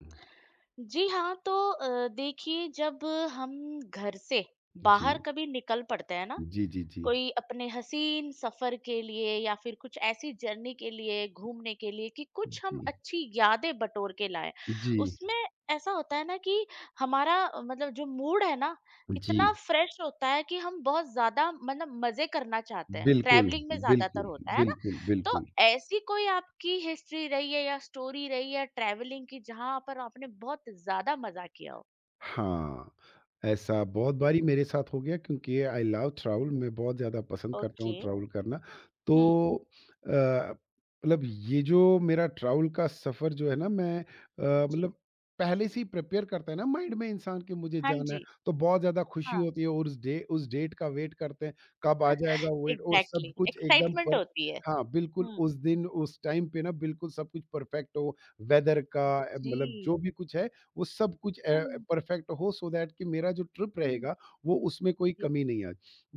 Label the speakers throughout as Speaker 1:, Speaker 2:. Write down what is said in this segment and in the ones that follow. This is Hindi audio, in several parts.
Speaker 1: जी,
Speaker 2: जी हाँ, तो देखिए जब हम घर से बाहर कभी निकल पड़ते हैं ना,
Speaker 1: जी, जी, जी,
Speaker 2: कोई अपने हसीन सफर के लिए या फिर कुछ ऐसी जर्नी के लिए घूमने के लिए कि कुछ हम
Speaker 1: जी,
Speaker 2: अच्छी यादें बटोर के लाएं
Speaker 1: जी,
Speaker 2: उसमें ऐसा होता है ना कि हमारा मतलब जो मूड है ना इतना
Speaker 1: जी,
Speaker 2: फ्रेश होता है कि हम बहुत ज्यादा मतलब मजे करना चाहते हैं
Speaker 1: बिल्कुल,
Speaker 2: ट्रैवलिंग में ज्यादातर
Speaker 1: बिल्कुल,
Speaker 2: होता है ना।
Speaker 1: बिल्कुल,
Speaker 2: तो
Speaker 1: बिल्कुल।
Speaker 2: ऐसी कोई आपकी हिस्ट्री रही है या स्टोरी रही है ट्रैवलिंग की जहां पर आपने बहुत ज्यादा मजा किया हो।
Speaker 1: हाँ, ऐसा बहुत
Speaker 2: जी,
Speaker 1: बारी मेरे साथ हो गया क्योंकि आई लव
Speaker 2: जी,
Speaker 1: ट्रैवल मैं बहुत ज़्यादा पसंद करता हूँ
Speaker 2: ओके।
Speaker 1: ट्रैवल करना। तो
Speaker 2: हम्म।
Speaker 1: अ, मतलब ये जो मेरा ट्रैवल का सफ़र जो है ना मैं
Speaker 2: जी।
Speaker 1: मतलब पहले से ही प्रिपेयर करता है ना माइंड में इंसान कि मुझे
Speaker 2: हाँ
Speaker 1: जाना है,
Speaker 2: जी।
Speaker 1: तो बहुत ज़्यादा खुशी
Speaker 2: हाँ।
Speaker 1: होती है और उस डेट का वेट करते हैं, कब आ जाएगा वेट और सब
Speaker 2: एग्ज़ैक्टली,
Speaker 1: कुछ एकदम
Speaker 2: एक्साइटमेंट
Speaker 1: पर।
Speaker 2: होती है।
Speaker 1: हाँ, बिल्कुल
Speaker 2: हुँ,
Speaker 1: उस दिन उस टाइम पे ना बिल्कुल सब कुछ परफेक्ट हो, वेदर का मतलब जो
Speaker 2: जी।
Speaker 1: भी कुछ है वो सब कुछ
Speaker 2: हुँ,
Speaker 1: परफेक्ट हो सो दैट कि मेरा जो ट्रिप
Speaker 2: हुँ,
Speaker 1: रहेगा वो उसमें कोई
Speaker 2: जी,
Speaker 1: कमी नहीं आए।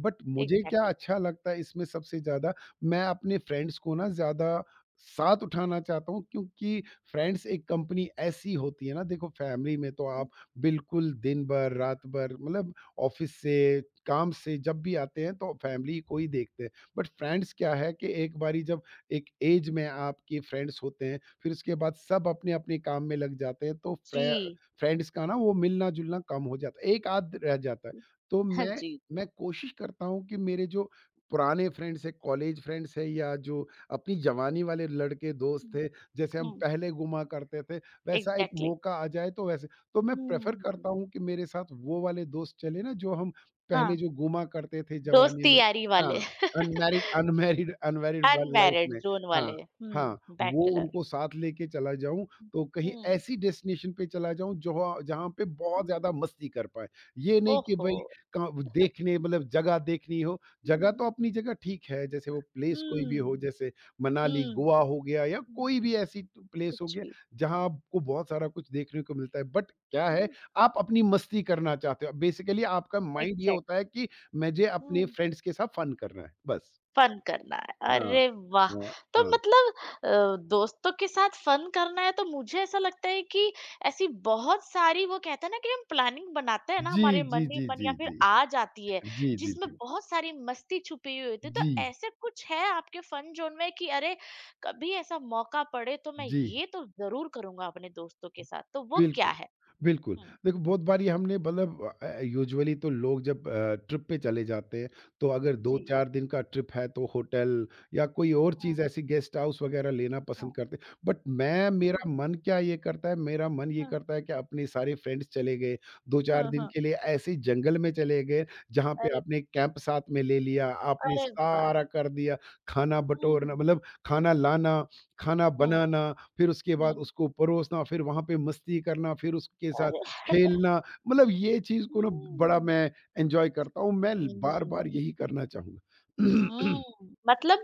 Speaker 1: बट मुझे क्या
Speaker 2: एग्ज़ैक्टली।
Speaker 1: अच्छा लगता है इसमें सबसे ज़्यादा मैं अपने फ्रेंड्स को ना ज़्यादा साथ उठाना चाहता हूँ क्योंकि फ्रेंड्स एक कंपनी ऐसी होती है ना। देखो फैमिली में तो आप बिल्कुल दिन भर, रात भर मतलब ऑफ़िस से, काम से जब भी आते हैं तो फैमिली को ही देखते हैं। बट फ्रेंड्स क्या है कि एक बारी जब एक एज में आपके फ्रेंड्स होते हैं, फिर उसके बाद सब अपने-अपने काम में लग जाते हैं तो
Speaker 2: जी।
Speaker 1: फ्रेंड्स का ना वो मिलना-जुलना कम हो जाता है, एक आध रह जाता है। तो
Speaker 2: हाँ
Speaker 1: मैं
Speaker 2: जी, जी।
Speaker 1: मैं कोशिश करता हूँ कि मेरे जो पुराने फ्रेंड्स हैं, कॉलेज फ्रेंड्स हैं या जो अपनी जवानी वाले लड़के दोस्त
Speaker 2: हुँ,
Speaker 1: थे, जैसे हम
Speaker 2: हुँ,
Speaker 1: पहले घुमा करते थे, वैसा एक
Speaker 2: एग्ज़ैक्टली।
Speaker 1: मौका आ जाए तो वैसे तो मैं प्रेफ़र
Speaker 2: हुँ,
Speaker 1: करता हूँ कि मेरे साथ वो वाले दोस्त चले ना जो हम पहले
Speaker 2: हाँ,
Speaker 1: जो घुमा करते थे जवानी
Speaker 2: दोस्ती
Speaker 1: में।
Speaker 2: यारी वाले।
Speaker 1: हाँ, अनमैरिड अनमैरिड अनमैरिड व लाइफ़
Speaker 2: अनमैरिड
Speaker 1: में।
Speaker 2: ज़ोन
Speaker 1: हाँ,
Speaker 2: वाले हुँ,
Speaker 1: हाँ, वो
Speaker 2: बैचलर।
Speaker 1: उनको साथ लेके चला जाऊँ तो कहीं
Speaker 2: हुँ,
Speaker 1: ऐसी डेस्टिनेशन पे चला जाऊँ जहाँ जहाँ पे बहुत
Speaker 2: हुँ,
Speaker 1: ज़्यादा मस्ती कर पाएँ। ये नहीं कि
Speaker 2: ओहो!
Speaker 1: भई कहाँ देखने मतलब जगह देखनी हो, जगह तो
Speaker 2: हुँ,
Speaker 1: अपनी जगह ठीक है, जैसे वो प्लेस कोई भी
Speaker 2: हुँ,
Speaker 1: हो जैसे मनाली,
Speaker 2: हुँ,
Speaker 1: गोवा हो गया या
Speaker 2: हुँ।
Speaker 1: कोई भी ऐसी तो प्लेस हो
Speaker 2: कुछ
Speaker 1: गया
Speaker 2: भी।
Speaker 1: जहाँ आपको बहुत सारा कुछ देखने को मिलता है। बट क्या है
Speaker 2: हुँ,
Speaker 1: आप अपनी मस्ती करना चाहते हो। बेसिकली आपका माइंड ये होता
Speaker 2: एग्ज़ैक्टली।
Speaker 1: है कि मुझे अपने
Speaker 2: हुँ।
Speaker 1: फ्रेंड्स के साथ फन करना है, बस।
Speaker 2: फन करना है।
Speaker 1: हाँ,
Speaker 2: अरे वाह!
Speaker 1: हाँ,
Speaker 2: तो
Speaker 1: हाँ।
Speaker 2: मतलब दोस्तों के साथ फन करना है तो मुझे ऐसा लगता है कि ऐसी बहुत सारी वो कहते हैं ना कि हम प्लानिंग बनाते हैं ना
Speaker 1: जी,
Speaker 2: हमारे
Speaker 1: जी,
Speaker 2: मन ही
Speaker 1: जी,
Speaker 2: मन
Speaker 1: जी,
Speaker 2: या फिर
Speaker 1: जी।
Speaker 2: आ जाती है
Speaker 1: जी, जी,
Speaker 2: जिसमें
Speaker 1: जी।
Speaker 2: बहुत सारी मस्ती छुपी हुई होती है।
Speaker 1: जी।
Speaker 2: तो ऐसे कुछ है आपके फन ज़ोन में कि अरे कभी ऐसा मौका पड़े तो मैं
Speaker 1: जी,
Speaker 2: ये तो ज़रूर करूँगा अपने दोस्तों के साथ। तो वो क्या
Speaker 1: बिल्कुल,
Speaker 2: है?
Speaker 1: बिल्कुल।
Speaker 2: हुँ।
Speaker 1: देखो बहुत बारी हमने मतलब यूजुअली तो लोग जब ट्रिप पे चले जाते हैं, तो अगर
Speaker 2: जी।
Speaker 1: 2-4 दिन का ट्रिप है तो होटल या कोई और
Speaker 2: हाँ,
Speaker 1: चीज़ ऐसी गेस्ट हाउस वगैरह लेना
Speaker 2: हाँ।
Speaker 1: पसंद करते हैं। बट मैं
Speaker 2: जी।
Speaker 1: मेरा मन क्या ये करता है, मेरा मन ये
Speaker 2: हाँ,
Speaker 1: करता है कि अपने सारे फ्रेंड्स चले गए, 2-4
Speaker 2: हाँ,
Speaker 1: दिन
Speaker 2: हाँ।
Speaker 1: के लिए ऐसे जंगल में चले गए, जहाँ पे
Speaker 2: अरे,
Speaker 1: आपने कैंप साथ में ले लिया, आपने
Speaker 2: अरे वाह!
Speaker 1: सारा कर दिया, खाना
Speaker 2: हुँ,
Speaker 1: बटोरना मतलब खाना लाना, खाना
Speaker 2: हुँ,
Speaker 1: बनाना, फिर उसके
Speaker 2: हुँ।
Speaker 1: बाद उसको परोसना, फिर वहाँ पे मस्ती करना, फिर उसके साथ
Speaker 2: अरे!
Speaker 1: खेलना, मतलब ये चीज़ को ना बड़ा
Speaker 2: हुँ।
Speaker 1: मैं एन्जॉय करता हूँ, मैं ल
Speaker 2: हुँ,
Speaker 1: बार-बार यही करना चाहूँगा।
Speaker 2: हुँ। मतलब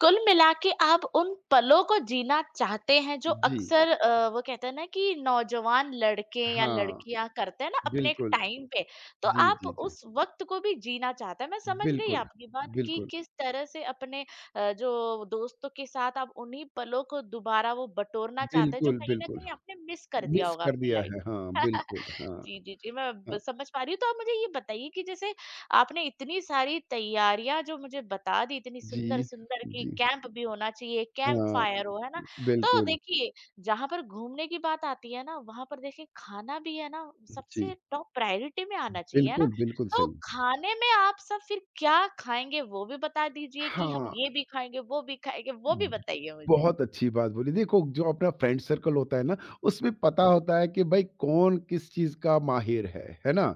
Speaker 2: कुल मिला के आप उन पलों को जीना चाहते हैं जो
Speaker 1: जी।
Speaker 2: अक्सर वो कहते हैं ना कि नौजवान लड़के या
Speaker 1: हाँ,
Speaker 2: लड़कियाँ करते हैं ना अपने एक
Speaker 1: बिल्कुल।
Speaker 2: टाइम पे, तो
Speaker 1: जी,
Speaker 2: आप
Speaker 1: जी, जी।
Speaker 2: उस वक़्त को भी जीना चाहते हैं। मैं समझ गई
Speaker 1: बिल्कुल,
Speaker 2: आपकी बात कि
Speaker 1: बिल्कुल,
Speaker 2: किस तरह से अपने जो दोस्तों के साथ आप उन्हीं पलों को दोबारा वो बटोरना चाहते हैं जो
Speaker 1: बिल्कुल,
Speaker 2: कहीं न
Speaker 1: बिल्कुल।
Speaker 2: कहीं आपने मिस कर दिया
Speaker 1: मिस
Speaker 2: होगा
Speaker 1: कर
Speaker 2: अपनी
Speaker 1: दिया
Speaker 2: लाइफ़
Speaker 1: है,
Speaker 2: में।
Speaker 1: हाँ, बिल्कुल, हाँ,
Speaker 2: जी, जी, जी, मैं ब
Speaker 1: हाँ।
Speaker 2: समझ पा रही हूँ। तो आप मुझे ये बताइए कि जैसे आपने इतनी सारी तैयारियाँ जो मुझे बता दी, इतनी
Speaker 1: जी,
Speaker 2: सुंदर-सुंदर कि
Speaker 1: जी,
Speaker 2: कैंप भी होना चाहिए, कैंप
Speaker 1: हाँ,
Speaker 2: फायर हो, है ना? तो
Speaker 1: बिल्कुल,
Speaker 2: देखिए, जहाँ पर घूमने की बात आती है ना, वहाँ पर देखिए खाना भी है ना
Speaker 1: जी।
Speaker 2: सबसे टॉप प्रायोरिटी में आना चाहिए, है ना?
Speaker 1: बिल्कुल, बिल्कुल
Speaker 2: तो
Speaker 1: सही।
Speaker 2: खाने में आप सब फिर क्या खाएँगे वो भी बता दीजिए कि हम
Speaker 1: हाँ।
Speaker 2: ये भी खाएँगे, वो भी खाएँगे, वो भी बताइए मुझे?
Speaker 1: बहुत अच्छी बात बोली। देखो, जो अपना फ्रेंड सर्कल होता है ना, उसमें पता
Speaker 2: जी।
Speaker 1: होता है कि भाई कौन किस चीज़ का माहिर है ना?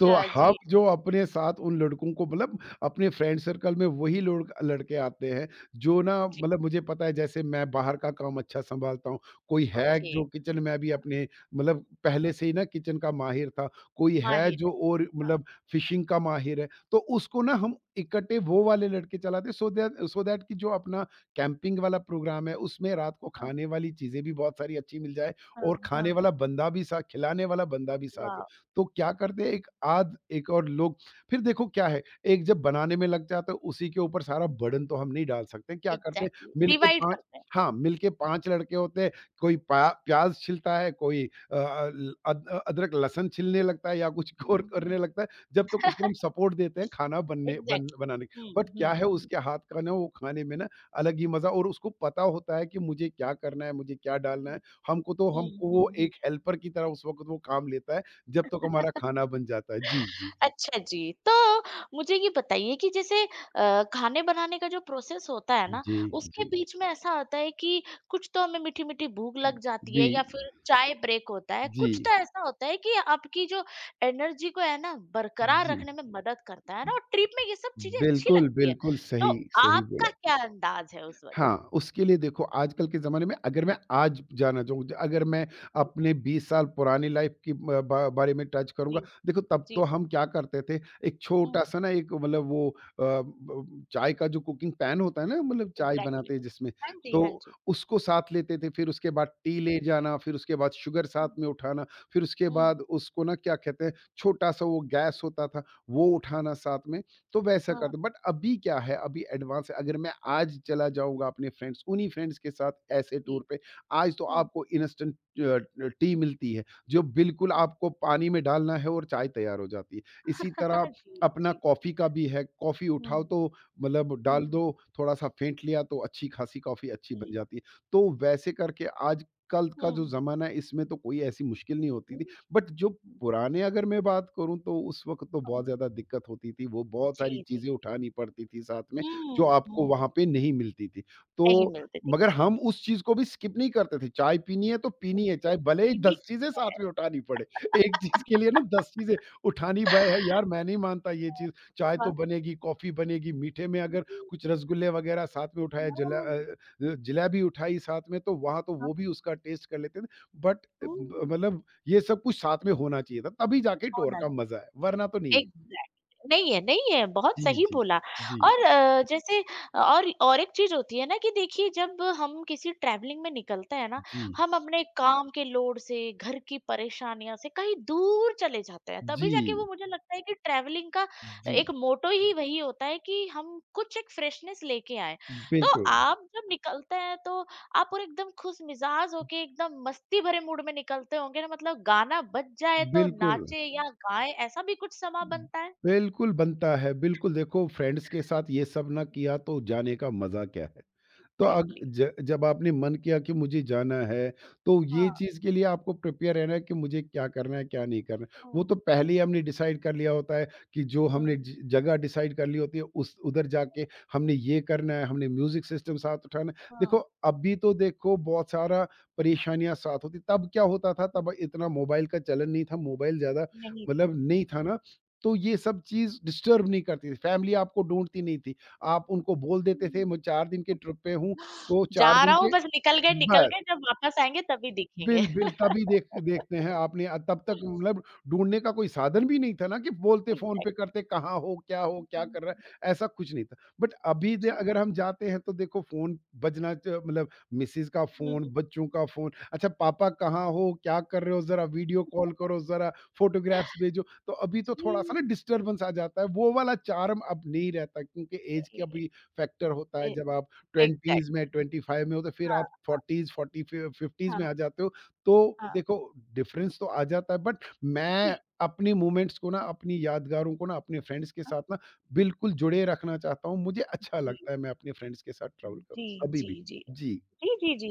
Speaker 1: तो हम
Speaker 2: जी,
Speaker 1: जो अपने साथ उन लड़कों को मतलब अपने फ्रेंड सर्कल में वही लोग लड़के आते हैं, जो ना
Speaker 2: जी,
Speaker 1: मतलब मुझे पता है जैसे मैं बाहर का काम अच्छा सँभालता हूँ, कोई है
Speaker 2: ओके।
Speaker 1: जो किचन में भी
Speaker 2: हाँ,
Speaker 1: अपने मतलब पहले
Speaker 2: हाँ।
Speaker 1: से ही ना किचन का माहिर था, कोई है
Speaker 2: माहिर
Speaker 1: जो
Speaker 2: है।
Speaker 1: और
Speaker 2: हाँ,
Speaker 1: मतलब फिशिंग का माहिर है, तो उसको ना हम इकट्ठे वो वाले लड़के चलाते हैं सो दैट कि जो अपना कैंपिंग वाला प्रोग्राम है, उसमें रात को
Speaker 2: हाँ,
Speaker 1: खाने वाली चीज़ें भी बहुत सारी अच्छी मिल जाए और
Speaker 2: हाँ,
Speaker 1: खाने
Speaker 2: हाँ।
Speaker 1: वाला बंदा भी साथ खिलाने वाला बंदा भी साथ हो।
Speaker 2: वाह!
Speaker 1: तो क्या करते हैं एक आध एक और लोग, फिर देखो क्या है, एक जब बनाने में लग जाता है उसी के ऊपर सारा बर्डन तो हम नहीं डाल सकते। क्या करते हैं
Speaker 2: एग्ज़ैक्टली,
Speaker 1: मिलके
Speaker 2: डिवाइड
Speaker 1: 5,
Speaker 2: करते हैं।
Speaker 1: हाँ, मिलके 5 लड़के होते हैं, कोई पा प्याज़ छीलता है, कोई अ अ, ल अद अदरक लहसुन छीलने लगता है या कुछ और
Speaker 2: हुँ, हुँ।
Speaker 1: करने लगता है, जब तक उसको हम सपोर्ट देते हैं खाना बनने बन
Speaker 2: एग्ज़ैक्टली।
Speaker 1: बनाने। बट
Speaker 2: हुँ,
Speaker 1: क्या
Speaker 2: हुँ,
Speaker 1: है
Speaker 2: हुँ।
Speaker 1: उसके हाथ का ना वो खाने में ना अलग ही मज़ा, और उसको पता होता है कि मुझे क्या करना है, मुझे क्या डालना है।
Speaker 2: हुँ,
Speaker 1: हमको वो
Speaker 2: हुँ, हुँ।
Speaker 1: एक हेल्पर की तरह उस वक़्त वो काम लेता है, जब तक हमारा खाना बन जाता है। जी, जी, जी।
Speaker 2: अच्छा जी, तो मुझे ये बताइए कि जैसे खाने बनाने का जो प्रोसेस होता है ना,
Speaker 1: जी,
Speaker 2: उसके
Speaker 1: जी।
Speaker 2: बीच में ऐसा होता है कि कुछ तो हमें मीठी-मीठी भूख लग जाती
Speaker 1: बी
Speaker 2: है या फिर चाय ब्रेक होता है,
Speaker 1: जी,
Speaker 2: कुछ तो ऐसा होता है कि आपकी जो एनर्जी को है ना बरकरार
Speaker 1: जी।
Speaker 2: रखने में मदद करता है ना और ट्रिप में ये सब चीज़ें अच्छी
Speaker 1: बिल्कुल,
Speaker 2: लगती है।
Speaker 1: बिल्कुल
Speaker 2: तो
Speaker 1: सही, सही बोला
Speaker 2: आपका
Speaker 1: आपने।
Speaker 2: क्या अंदाज़ है उस वक़्त?
Speaker 1: हाँ, उसके लिए देखो आजकल के ज़माने में अगर मैं आज जाना चाहूँ, अगर
Speaker 2: हुँ,
Speaker 1: मैं
Speaker 2: जी,
Speaker 1: अपने 20 साल पुरानी लाइफ़ की ब बा बारे में टच करूँगा,
Speaker 2: जी,
Speaker 1: देखो तब तो
Speaker 2: जी।
Speaker 1: हम क्या करते थे, एक
Speaker 2: हुँ,
Speaker 1: छोटा-सा ना एक मतलब वो अ, ब चाय का जो कुकिंग पैन होता है ना, मतलब चाय
Speaker 2: एग्ज़ैक्टली।
Speaker 1: बनाते हैं जिसमें,
Speaker 2: हाँ जी,
Speaker 1: तो
Speaker 2: हाँ जी।
Speaker 1: उसको साथ लेते थे, फिर उसके बाद टी ले जाना, फिर उसके बाद शुगर
Speaker 2: हुँ,
Speaker 1: साथ में उठाना, फिर उसके
Speaker 2: हुँ,
Speaker 1: बाद उसको ना क्या कहते हैं, छोटा-सा वो गैस होता था, वो उठाना साथ में। तो वैसा
Speaker 2: हाँ,
Speaker 1: करते, बट अभी क्या है अभी एडवांस है, अगर मैं आज चला जाऊँगा अपने फ्रेंड्स उन्हीं फ्रेंड्स के साथ ऐसे
Speaker 2: जी,
Speaker 1: टूर पे, आज तो
Speaker 2: हुँ,
Speaker 1: आपको इंस्टेंट अ, टी मिलती है, जो बिल्कुल
Speaker 2: हाँ,
Speaker 1: आपको पानी में डालना है और चाय तैयार हो जाती है। इसी तरह
Speaker 2: जी,
Speaker 1: अपना
Speaker 2: जी,
Speaker 1: कॉफ़ी का भी है, कॉफ़ी
Speaker 2: हुँ,
Speaker 1: उठाओ
Speaker 2: हुँ,
Speaker 1: तो मतलब डाल
Speaker 2: हुँ,
Speaker 1: दो, थोड़ा-सा फेंट लिया तो अच्छी खासी कॉफ़ी अच्छी बन जाती है। तो वैसे करके आजकल का जो
Speaker 2: हुँ,
Speaker 1: ज़माना है इसमें तो कोई ऐसी मुश्किल नहीं होती
Speaker 2: हुँ,
Speaker 1: थी, बट जो
Speaker 2: हुँ,
Speaker 1: पुराने अगर मैं बात करूँ तो उस वक़्त तो
Speaker 2: हाँ,
Speaker 1: बहुत ज़्यादा दिक्कत होती थी, वो बहुत सारी
Speaker 2: जी, जी,
Speaker 1: चीज़ें उठानी पड़ती थी साथ में,
Speaker 2: हुँ,
Speaker 1: जो आपको
Speaker 2: हुँ,
Speaker 1: वहाँ पे नहीं मिलती थी।
Speaker 2: नहीं
Speaker 1: तो
Speaker 2: मिलती थी।
Speaker 1: मगर हम उस चीज़ को भी स्किप नहीं करते थे, चाय पीनी है तो पीनी है, चाहे भले ही
Speaker 2: यही
Speaker 1: 10 चीज़ें साथ
Speaker 2: है।
Speaker 1: में उठानी पड़े। एक चीज़ के लिए ना 10 चीज़ें उठानी भय है यार, मैं नहीं मानता ये चीज़, चाय तो
Speaker 2: हाँ,
Speaker 1: बनेगी, कॉफ़ी बनेगी, मीठे में अगर
Speaker 2: हुँ,
Speaker 1: कुछ रसगुल्ले वग़ैरह साथ में उठाया जला
Speaker 2: हाँ,
Speaker 1: अ अ, जलेबी उठाई साथ में तो वहाँ तो
Speaker 2: हाँ,
Speaker 1: वो भी उसका टेस्ट कर लेते थे। बट अ,
Speaker 2: हुँ,
Speaker 1: ब मतलब ये सब कुछ साथ में होना चाहिए था, तभी जाके टूर
Speaker 2: होना
Speaker 1: का मज़ा है, वरना तो नहीं। है।
Speaker 2: एग्ज़ैक्ट नहीं है, नहीं है, बहुत
Speaker 1: जी,
Speaker 2: सही
Speaker 1: जी।
Speaker 2: बोला।
Speaker 1: जी,
Speaker 2: और जैसे और एक चीज़ होती है ना कि देखिए जब हम किसी ट्रैवलिंग में निकलते हैं ना,
Speaker 1: जी,
Speaker 2: हम अपने काम के लोड से, घर की परेशानियों से कहीं दूर चले जाते हैं,
Speaker 1: जी,
Speaker 2: तभी जाके वो मुझे लगता है कि ट्रैवलिंग का
Speaker 1: जी।
Speaker 2: एक मोटो ही वही होता है कि हम कुछ एक फ्रेशनेस लेके आएँ। तो
Speaker 1: बिल्कुल,
Speaker 2: आप जब निकलते हैं तो आप पूरे एकदम खुश मिजाज होके एकदम मस्ती भरे मूड में निकलते होंगे ना मतलब गाना बज जाए तो
Speaker 1: बिल्कुल।
Speaker 2: नाचे या गाएं ऐसा भी कुछ समा बनता है?
Speaker 1: बिल्कुल बनता है, बिल्कुल देखो फ्रेंड्स के साथ ये सब ना
Speaker 2: हुँ।
Speaker 1: किया तो जाने का मज़ा क्या है? तो अग
Speaker 2: एग्ज़ैक्टली।
Speaker 1: ज जब आपने मन किया कि मुझे जाना है, तो ये
Speaker 2: हाँ,
Speaker 1: चीज़ के लिए आपको प्रिपेयर रहना है कि मुझे क्या करना है, क्या नहीं करना है। वो
Speaker 2: हाँ,
Speaker 1: तो पहले ही हमने डिसाइड कर लिया होता है कि जो
Speaker 2: हाँ,
Speaker 1: हमने ज जगह डिसाइड कर ली होती है, उस उधर
Speaker 2: हाँ,
Speaker 1: जाके हमने ये करना है, हमने म्यूज़िक सिस्टम साथ उठाना है। देखो,
Speaker 2: हाँ,
Speaker 1: अभी तो देखो बहुत सारा परेशानियाँ साथ होती, तब क्या होता था,
Speaker 2: हुँ,
Speaker 1: तब इतना मोबाइल का चलन नहीं था, मोबाइल ज़्यादा
Speaker 2: नहीं था।
Speaker 1: मतलब नहीं
Speaker 2: हुँ,
Speaker 1: था ना, तो ये सब चीज़ डिस्टर्ब नहीं करती थी, फैमिली आपको ढूँढती नहीं थी। आप उनको बोल देते थे
Speaker 2: हुँ।
Speaker 1: मैं 4 दिन के ट्रिप पे हूँ, तो
Speaker 2: जा
Speaker 1: 4 दिन
Speaker 2: रहा हूँ
Speaker 1: के
Speaker 2: बस निकल
Speaker 1: ब
Speaker 2: गए जब वापस आएँगे तभी
Speaker 1: बिल
Speaker 2: दिखेंगे।
Speaker 1: बिल, तभी देख देखते हैं आपने तब तक मतलब ढूँढने का कोई साधन भी नहीं था ना कि बोलते फ़ोन पे
Speaker 2: एग्ज़ैक्टली।
Speaker 1: करते कहाँ हो,
Speaker 2: हुँ,
Speaker 1: क्या
Speaker 2: हुँ,
Speaker 1: कर रहा
Speaker 2: हुँ।
Speaker 1: है, ऐसा कुछ नहीं था। बट अभी दे
Speaker 2: जी,
Speaker 1: अगर हम जाते हैं तो देखो फ़ोन बजना च मतलब मिसेज़ का
Speaker 2: हुँ,
Speaker 1: फ़ोन, बच्चों का फ़ोन, अच्छा पापा कहाँ हो, क्या कर रहे हो, ज़रा वीडियो कॉल करो, ज़रा फ़ोटोग्राफ्स भेजो। तो अभी तो
Speaker 2: जी।
Speaker 1: थोड़ा-सा ना डिस्टर्बेंस आ जाता है, वो वाला चार्म अब नहीं रहता क्योंकि ऐज का
Speaker 2: ए
Speaker 1: भी फैक्टर होता है।
Speaker 2: ए
Speaker 1: जब आप 20s में,
Speaker 2: एग्ज़ैक्टली।
Speaker 1: 25 में हो तो फिर
Speaker 2: हाँ,
Speaker 1: आप
Speaker 2: हाँ,
Speaker 1: 40s, 40 फि 50s
Speaker 2: हाँ,
Speaker 1: में आ जाते हो, तो
Speaker 2: हाँ,
Speaker 1: देखो डिफरेंस तो आ जाता है, बट
Speaker 2: जी,
Speaker 1: मैं अपने मोमेंट्स को ना, अपनी यादगारों को ना, अपने फ्रेंड्स के
Speaker 2: हाँ,
Speaker 1: साथ ना बिल्कुल जुड़े रखना चाहता हूँ। मुझे अच्छा
Speaker 2: जी।
Speaker 1: लगता है मैं अपने फ्रेंड्स के साथ ट्रैवल करूँ
Speaker 2: जी,
Speaker 1: अभी
Speaker 2: जी,
Speaker 1: भी।
Speaker 2: जी।
Speaker 1: जी।
Speaker 2: जी, जी, जी।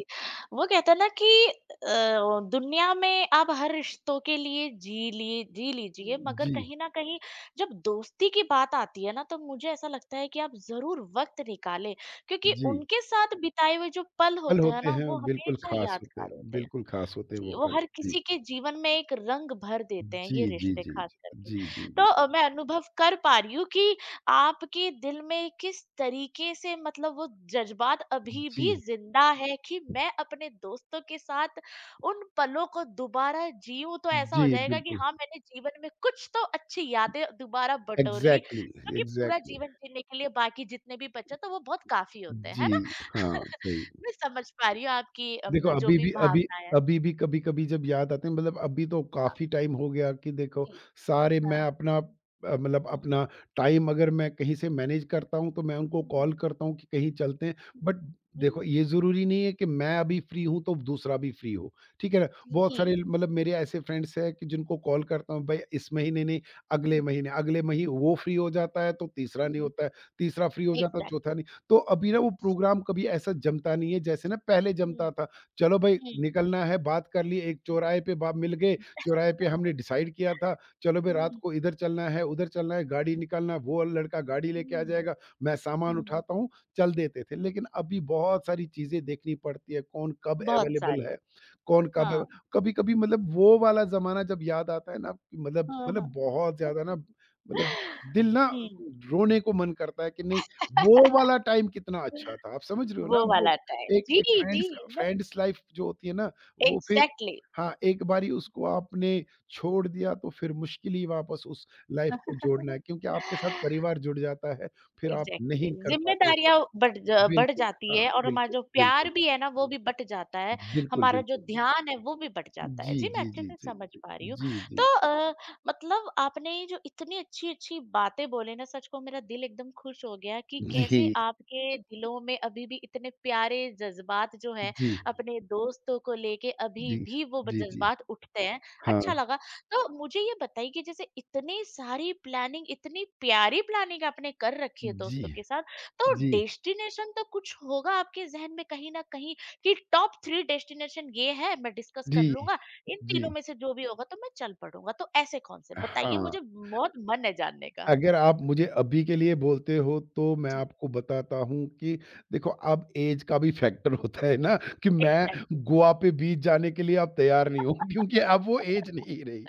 Speaker 2: वो कहते हैं ना कि दुनिया में आप हर रिश्तों के लिए जी लीजिए मगर
Speaker 1: जी।
Speaker 2: कहीं न कहीं जब दोस्ती की बात आती है ना तो मुझे ऐसा लगता है कि आप ज़रूर वक़्त निकालें क्योंकि
Speaker 1: जी।
Speaker 2: उनके साथ बिताए हुए जो पल
Speaker 1: पल
Speaker 2: होते हैं
Speaker 1: होते
Speaker 2: ना
Speaker 1: हैं,
Speaker 2: वो
Speaker 1: बिल्कुल
Speaker 2: हमेशा
Speaker 1: खास होते हैं,
Speaker 2: यादगार होते हैं।
Speaker 1: बिल्कुल खास होते हैं
Speaker 2: जी,
Speaker 1: वो
Speaker 2: वो
Speaker 1: पल।
Speaker 2: हर
Speaker 1: जी
Speaker 2: किसी के जीवन में एक रंग भर देते हैं
Speaker 1: जी।
Speaker 2: ये
Speaker 1: जी
Speaker 2: रिश्ते
Speaker 1: जी
Speaker 2: खास
Speaker 1: जी।
Speaker 2: करके।
Speaker 1: जी जी
Speaker 2: तो
Speaker 1: जी
Speaker 2: मैं अनुभव कर पा रही हूँ कि आपके दिल में किस तरीके से मतलब वो जज़्बात अभी भी
Speaker 1: जी।
Speaker 2: ज़िंदा है कि मैं अपने दोस्तों के साथ उन पलों को दोबारा जीऊँ तो ऐसा हो
Speaker 1: जी,
Speaker 2: जाएगा कि
Speaker 1: बिल्कुल।
Speaker 2: हाँ, मैंने जीवन में कुछ तो अच्छी यादें दोबारा बटोर ली,
Speaker 1: एग्जैक्टली।
Speaker 2: जो कि पूरा
Speaker 1: एग्जैक्टली।
Speaker 2: जीवन जीने के लिए बाकी जितने भी बचे तो वो बहुत काफ़ी होते हैं, है
Speaker 1: जी।
Speaker 2: ना?
Speaker 1: हाँ सही।
Speaker 2: मैं समझ पा रही हूँ आपकी
Speaker 1: देखो,
Speaker 2: जो भी भावनाएँ हैं।
Speaker 1: अभी भी कभी-कभी जब याद आते हैं, मतलब अभी तो
Speaker 2: हाँ,
Speaker 1: काफ़ी टाइम हो गया कि देखो
Speaker 2: जी।
Speaker 1: सारे,
Speaker 2: हाँ,
Speaker 1: मैं अपना मतलब
Speaker 2: हुँ।
Speaker 1: अपना टाइम अगर मैं कहीं से मैनेज करता हूँ, तो मैं उनको
Speaker 2: हुँ, हुँ,
Speaker 1: कॉल करता हूँ कि कहीं चलते हैं।
Speaker 2: हुँ,
Speaker 1: बट
Speaker 2: हुँ,
Speaker 1: देखो ये ज़रूरी नहीं है कि मैं अभी फ्री हूँ, तो दूसरा भी फ्री हो। ठीक है ना? बहुत सारे
Speaker 2: जी।
Speaker 1: मेरे ऐसे फ्रेंड्स हैं कि जिनको कॉल करता हूँ, भई इस महीने नहीं, अगले
Speaker 2: हुँ,
Speaker 1: महीने, अगले मही वो फ्री हो जाता है, तो तीसरा
Speaker 2: हुँ,
Speaker 1: नहीं
Speaker 2: हुँ।
Speaker 1: होता है, तीसरा फ्री हो जाता है,
Speaker 2: एग्ज़ैक्टली।
Speaker 1: चौथा नहीं। तो अभी ना वो प्रोग्राम कभी ऐसा जमता नहीं है, जैसे ना पहले
Speaker 2: हुँ,
Speaker 1: जमता था। चलो भाई
Speaker 2: हुँ।
Speaker 1: निकलना है, बात कर ली, एक चौराहे पे बा मिल गए, चौराहे पे हमने डिसाइड किया था, चलो भाई रात
Speaker 2: हुँ,
Speaker 1: को इधर चलना है, उधर चलना है, गाड़ी निकालना, वो लड़का गाड़ी लेके आ
Speaker 2: हुँ,
Speaker 1: जाएगा, मैं सामान
Speaker 2: हुँ।
Speaker 1: उठाता हूँ, चल देते थे। लेकिन अभी बहुत सारी चीज़ें देखनी पड़ती है, कौन कब
Speaker 2: बहुत
Speaker 1: अवेलेबल
Speaker 2: सारे।
Speaker 1: है, कौन कब
Speaker 2: हाँ,
Speaker 1: अव कभी-कभी वो वाला ज़माना जब याद आता है ना, मतलब
Speaker 2: हाँ,
Speaker 1: मतलब
Speaker 2: हाँ।
Speaker 1: बहुत ज़्यादा ना दिल ना
Speaker 2: हुँ।
Speaker 1: रोने को मन करता है कि नहीं, वो वाला टाइम कितना अच्छा था। आप समझ रहे हो ना?
Speaker 2: वो
Speaker 1: वो
Speaker 2: वाला टाइम।
Speaker 1: एक
Speaker 2: जी,
Speaker 1: एक
Speaker 2: जी,
Speaker 1: फ्रेंड्स का
Speaker 2: मैं
Speaker 1: फ्रेंड्स लाइफ जो होती है ना, वो फिर।
Speaker 2: एग्ज़ैक्टली।
Speaker 1: हाँ, एक बारी उसको आपने छोड़ दिया तो फिर मुश्किल ही वापस उस लाइफ को जोड़ना है, क्योंकि आपके साथ परिवार जुड़ जाता है, फिर आप
Speaker 2: एग्जैक्टली
Speaker 1: नहीं
Speaker 2: exactly.
Speaker 1: कर पाते वो सब।
Speaker 2: जिम्मेदारियां बढ़
Speaker 1: बिल्कुल,
Speaker 2: जाती
Speaker 1: हाँ,
Speaker 2: है और हमारा
Speaker 1: बिल्कुल,
Speaker 2: जो प्यार
Speaker 1: बिल्कुल।
Speaker 2: भी है ना वो भी बट जाता है।
Speaker 1: बिल्कुल,
Speaker 2: हमारा जो
Speaker 1: बिल्कुल।
Speaker 2: ध्यान है वो भी बट जाता है।
Speaker 1: जी,
Speaker 2: जी मैं
Speaker 1: जी,
Speaker 2: अच्छे
Speaker 1: जी,
Speaker 2: से
Speaker 1: जी,
Speaker 2: समझ
Speaker 1: जी।
Speaker 2: पा रही हूँ।
Speaker 1: जी, जी।
Speaker 2: तो मतलब आपने ये जो इतनी अच्छी अच्छी बातें बोले ना सच को मेरा दिल एकदम खुश हो गया कि
Speaker 1: जी,
Speaker 2: कैसे आपके दिलों में अभी भी इतने प्यारे जज्बात जो है
Speaker 1: जी,
Speaker 2: अपने दोस्तों को लेके अभी
Speaker 1: जी,
Speaker 2: भी वो
Speaker 1: जी, जी।
Speaker 2: जज्बात उठते हैं।
Speaker 1: हाँ,
Speaker 2: अच्छा लगा। तो मुझे ये बताइए कि जैसे इतनी सारी प्लानिंग इतनी प्यारी प्लानिंग आपने कर रखी है
Speaker 1: जी,
Speaker 2: दोस्तों के साथ तो
Speaker 1: जी,
Speaker 2: डेस्टिनेशन तो कुछ होगा आपके जहन में कहीं ना कहीं कि टॉप थ्री डेस्टिनेशन ये है मैं डिस्कस
Speaker 1: जी,
Speaker 2: कर लूंगा, इन
Speaker 1: जी।
Speaker 2: तीनों में से जो भी होगा तो मैं चल पड़ूंगा, तो ऐसे कौन से बताइए
Speaker 1: हाँ।
Speaker 2: मुझे, बहुत मन है जानने का।
Speaker 1: अगर आप मुझे अभी के लिए बोलते हो, तो मैं
Speaker 2: जी,
Speaker 1: आपको बताता हूँ कि देखो, अब ऐज का भी फैक्टर होता है ना कि मैं
Speaker 2: एग्जैक्टली।
Speaker 1: गोवा पे बीच जाने के लिए अब तैयार नहीं हूँ क्योंकि अब वो ऐज नहीं रही।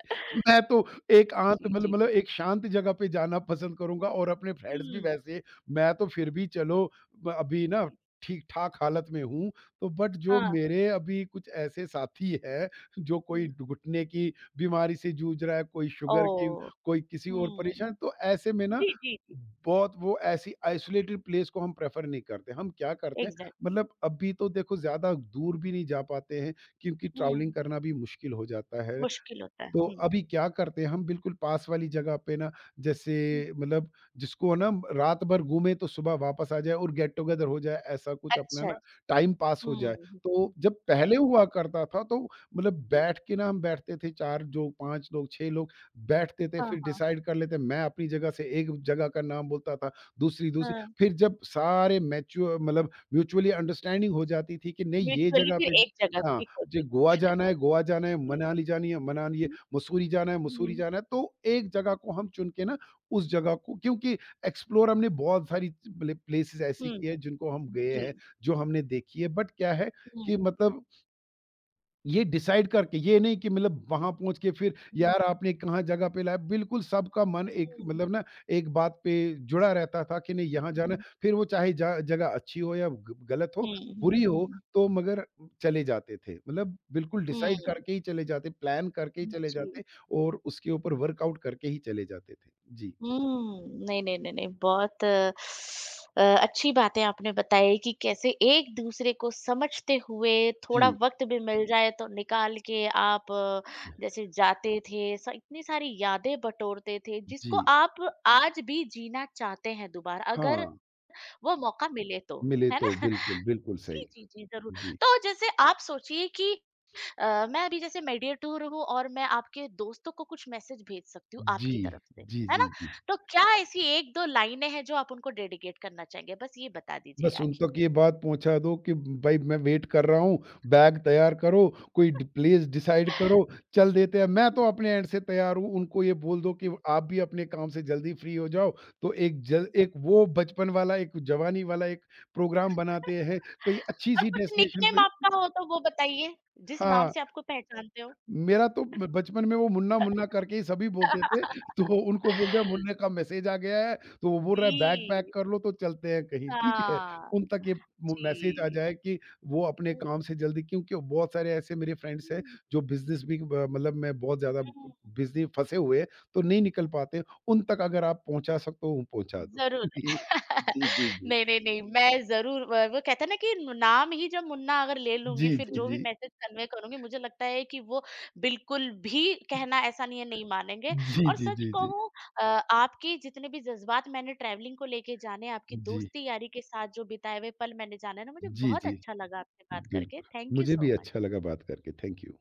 Speaker 1: मैं तो एक आंत
Speaker 2: जी, जी,
Speaker 1: मतलब
Speaker 2: जी।
Speaker 1: एक शांत जगह पे जाना पसंद करूँगा और अपने फ्रेंड्स भी
Speaker 2: हम्म।
Speaker 1: वैसे। मैं तो फिर भी चलो ब अभी ना
Speaker 2: जी,
Speaker 1: ठीक-ठाक हालत में हूँ, तो बट जो
Speaker 2: हाँ।
Speaker 1: मेरे अभी कुछ ऐसे साथी हैं, जो कोई
Speaker 2: हम्म,
Speaker 1: घुटने की बीमारी से जूझ रहा है, कोई
Speaker 2: ओ।
Speaker 1: शुगर की, कोई किसी और
Speaker 2: हम्म।
Speaker 1: परेशान, तो ऐसे में ना
Speaker 2: जी, जी, जी,
Speaker 1: बहुत वो ऐसी आइसोलेटेड प्लेस को हम प्रेफर नहीं करते। हम क्या करते हैं,
Speaker 2: एग्जैक्ट।
Speaker 1: अभी तो देखो ज़्यादा दूर भी नहीं जा पाते हैं, क्योंकि ट्रैवलिंग
Speaker 2: हम्म,
Speaker 1: करना भी मुश्किल हो जाता है।
Speaker 2: मुश्किल होता
Speaker 1: तो
Speaker 2: है।
Speaker 1: अभी क्या करते हैं, हम बिल्कुल पास वाली जगह पे ना, जैसे
Speaker 2: हुँ।
Speaker 1: मतलब जिसको ना रात भर घूमे तो सुबह वापस आ जाए और गेट टुगेदर हो जाए, ऐसा कुछ अपना
Speaker 2: अच्छा
Speaker 1: ना
Speaker 2: जी।
Speaker 1: टाइम पास हो
Speaker 2: हुँ,
Speaker 1: जाए।
Speaker 2: हुँ।
Speaker 1: तो जब
Speaker 2: सही
Speaker 1: पहले
Speaker 2: बात
Speaker 1: हुआ करता था, तो
Speaker 2: है।
Speaker 1: बैठ के ना हम बैठते थे, 4 जो 5 लोग 6 लोग बैठते थे,
Speaker 2: हाँ,
Speaker 1: फिर
Speaker 2: हाँ।
Speaker 1: डिसाइड कर लेते। मैं अपनी जगह से एक जगह का नाम बोलता था, दूसरी दूसरी
Speaker 2: हाँ।
Speaker 1: फिर जब सारे मैच्योर म्यूचुअली अंडरस्टैंडिंग हो जाती थी कि नहीं ये
Speaker 2: म्यूचुअली
Speaker 1: जगह
Speaker 2: फिर
Speaker 1: पे ज
Speaker 2: एक जगह
Speaker 1: हाँ,
Speaker 2: क्लिक हो
Speaker 1: जे
Speaker 2: जाती
Speaker 1: गोवा जाना है,
Speaker 2: है।
Speaker 1: मनाली जानी है, मनाली
Speaker 2: हुँ,
Speaker 1: मसूरी जाना है, मसूरी
Speaker 2: हुँ।
Speaker 1: जाना है, तो एक जगह को हम चुन के ना उस जगह को, क्योंकि एक्सप्लोर हमने बहुत सारी प्लेसेस ऐसी
Speaker 2: हुँ,
Speaker 1: की है जिनको हम गए
Speaker 2: जी।
Speaker 1: हैं, जो हमने देखी है। बट क्या है
Speaker 2: हुँ,
Speaker 1: कि ये डिसाइड करके, ये नहीं कि वहाँ पहुँच के फिर
Speaker 2: हुँ,
Speaker 1: यार आपने कहाँ जगह पे लाया, बिल्कुल सबका मन एक
Speaker 2: हुँ,
Speaker 1: ना एक बात पे जुड़ा रहता था कि नहीं
Speaker 2: हुँ,
Speaker 1: यहाँ जाना है,
Speaker 2: हुँ,
Speaker 1: फिर वो चाहे ज जगह अच्छी हो या ग गलत हो,
Speaker 2: हुँ,
Speaker 1: बुरी हो,
Speaker 2: हुँ,
Speaker 1: तो मगर चले जाते थे। बिल्कुल डिसाइड
Speaker 2: हुँ,
Speaker 1: करके ही चले जाते, प्लान करके ही
Speaker 2: हुँ,
Speaker 1: चले
Speaker 2: जी।
Speaker 1: जाते और उसके ऊपर वर्कआउट करके ही चले जाते थे। जी।
Speaker 2: नहीं, नहीं, नहीं, नहीं बहुत अच्छी बातें आपने बताई कि कैसे एक-दूसरे को समझते हुए थोड़ा
Speaker 1: जी।
Speaker 2: वक़्त भी मिल जाए तो निकाल के आप जैसे जाते थे, स इतनी सारी यादें बटोरते थे जिसको
Speaker 1: जी।
Speaker 2: आप आज भी जीना चाहते हैं दोबारा अगर
Speaker 1: हाँ,
Speaker 2: वो मौका मिले तो,
Speaker 1: मिले
Speaker 2: है ना?
Speaker 1: तो बिल्कुल, बिल्कुल
Speaker 2: जी,
Speaker 1: सही।
Speaker 2: जी, जी, ज़रूर।
Speaker 1: जी।
Speaker 2: तो जैसे आप सोचिए कि मैं अभी जैसे मेडिएटर हूँ और मैं आपके दोस्तों को कुछ मैसेज भेज सकती हूँ
Speaker 1: जी।
Speaker 2: आपकी तरफ से,
Speaker 1: जी,
Speaker 2: है
Speaker 1: जी,
Speaker 2: ना?
Speaker 1: जी।
Speaker 2: तो क्या ऐसी 1-2 लाइनें हैं जो आप उनको डेडिकेट करना चाहेंगे? बस ये बता दीजिए
Speaker 1: बस उन
Speaker 2: आखिर
Speaker 1: तक
Speaker 2: में।
Speaker 1: ये बात पहुँचा दो कि भाई मैं वेट कर रहा हूँ, बैग तैयार करो, कोई डि प्लेस डिसाइड करो, चल देते हैं। मैं तो अपने एंड से तैयार हूँ, उनको ये बोल दो कि
Speaker 2: हुँ,
Speaker 1: आप भी अपने काम से जल्दी फ्री हो जाओ, तो
Speaker 2: हुँ, हुँ।
Speaker 1: एक वो बचपन वाला, एक जवानी वाला एक प्रोग्राम बनाते हैं,
Speaker 2: और
Speaker 1: कहीं अच्छी-सी
Speaker 2: कुछ
Speaker 1: डेस्टिनेशन
Speaker 2: निकनेम
Speaker 1: पे।
Speaker 2: आपका हो तो वो बताइए, जिस नाम
Speaker 1: हाँ।
Speaker 2: से आपको पहचानते हो?
Speaker 1: मेरा तो ब बचपन में वो मुन्ना-मुन्ना करके ही सभी बोलते थे, तो उनको बोलते हैं मुन्ने का मैसेज आ गया है, तो वो बोल रहा है बैग पैक
Speaker 2: जी,
Speaker 1: कर लो तो चलते हैं कहीं, ठीक है?
Speaker 2: हाँ,
Speaker 1: उन तक ये वो मैसेज आ
Speaker 2: जी।
Speaker 1: जाए कि वो अपने काम से जल्दी, क्योंकि बहुत सारे ऐसे मेरे फ्रेंड्स हैं
Speaker 2: हुँ,
Speaker 1: जो बिज़नेस भी ब मतलब में बहुत ज़्यादा
Speaker 2: हुँ,
Speaker 1: बिज़ी फँसे हुए हैं, तो नहीं निकल पाते। उन तक अगर आप पहुँचा सकते हो, पहुँचा दो।
Speaker 2: ज़रूर।
Speaker 1: जी। जी, जी, जी।
Speaker 2: नहीं, नहीं, नहीं, मैं ज़रूर वो कहते हैं ना कि नाम ही जब मुन्ना अगर ले लूँगी,
Speaker 1: जी,
Speaker 2: फिर
Speaker 1: जी,
Speaker 2: जो भी
Speaker 1: जी।
Speaker 2: मैसेज कन्वे करूँगी, मुझे लगता है कि वो बिल्कुल भी कहना ऐसा नहीं है, नहीं मानेंगे।
Speaker 1: जी,
Speaker 2: और
Speaker 1: जी,
Speaker 2: सच
Speaker 1: जी, जी।
Speaker 2: कहूँ अ, आपके जितने भी जज़्बात मैंने ट्रैवलिंग को लेके जाने, आपकी
Speaker 1: जी।
Speaker 2: दोस्ती यारी के साथ जो बिताए हुए पल मैंने जाने ना, मुझे
Speaker 1: जी,
Speaker 2: बहुत
Speaker 1: जी।
Speaker 2: अच्छा लगा आपसे बात करके।
Speaker 1: बिल्कुल।
Speaker 2: थैंक यू
Speaker 1: मुझे
Speaker 2: सो
Speaker 1: भी अच्छा
Speaker 2: मच।
Speaker 1: लगा बात करके, थैंक यू।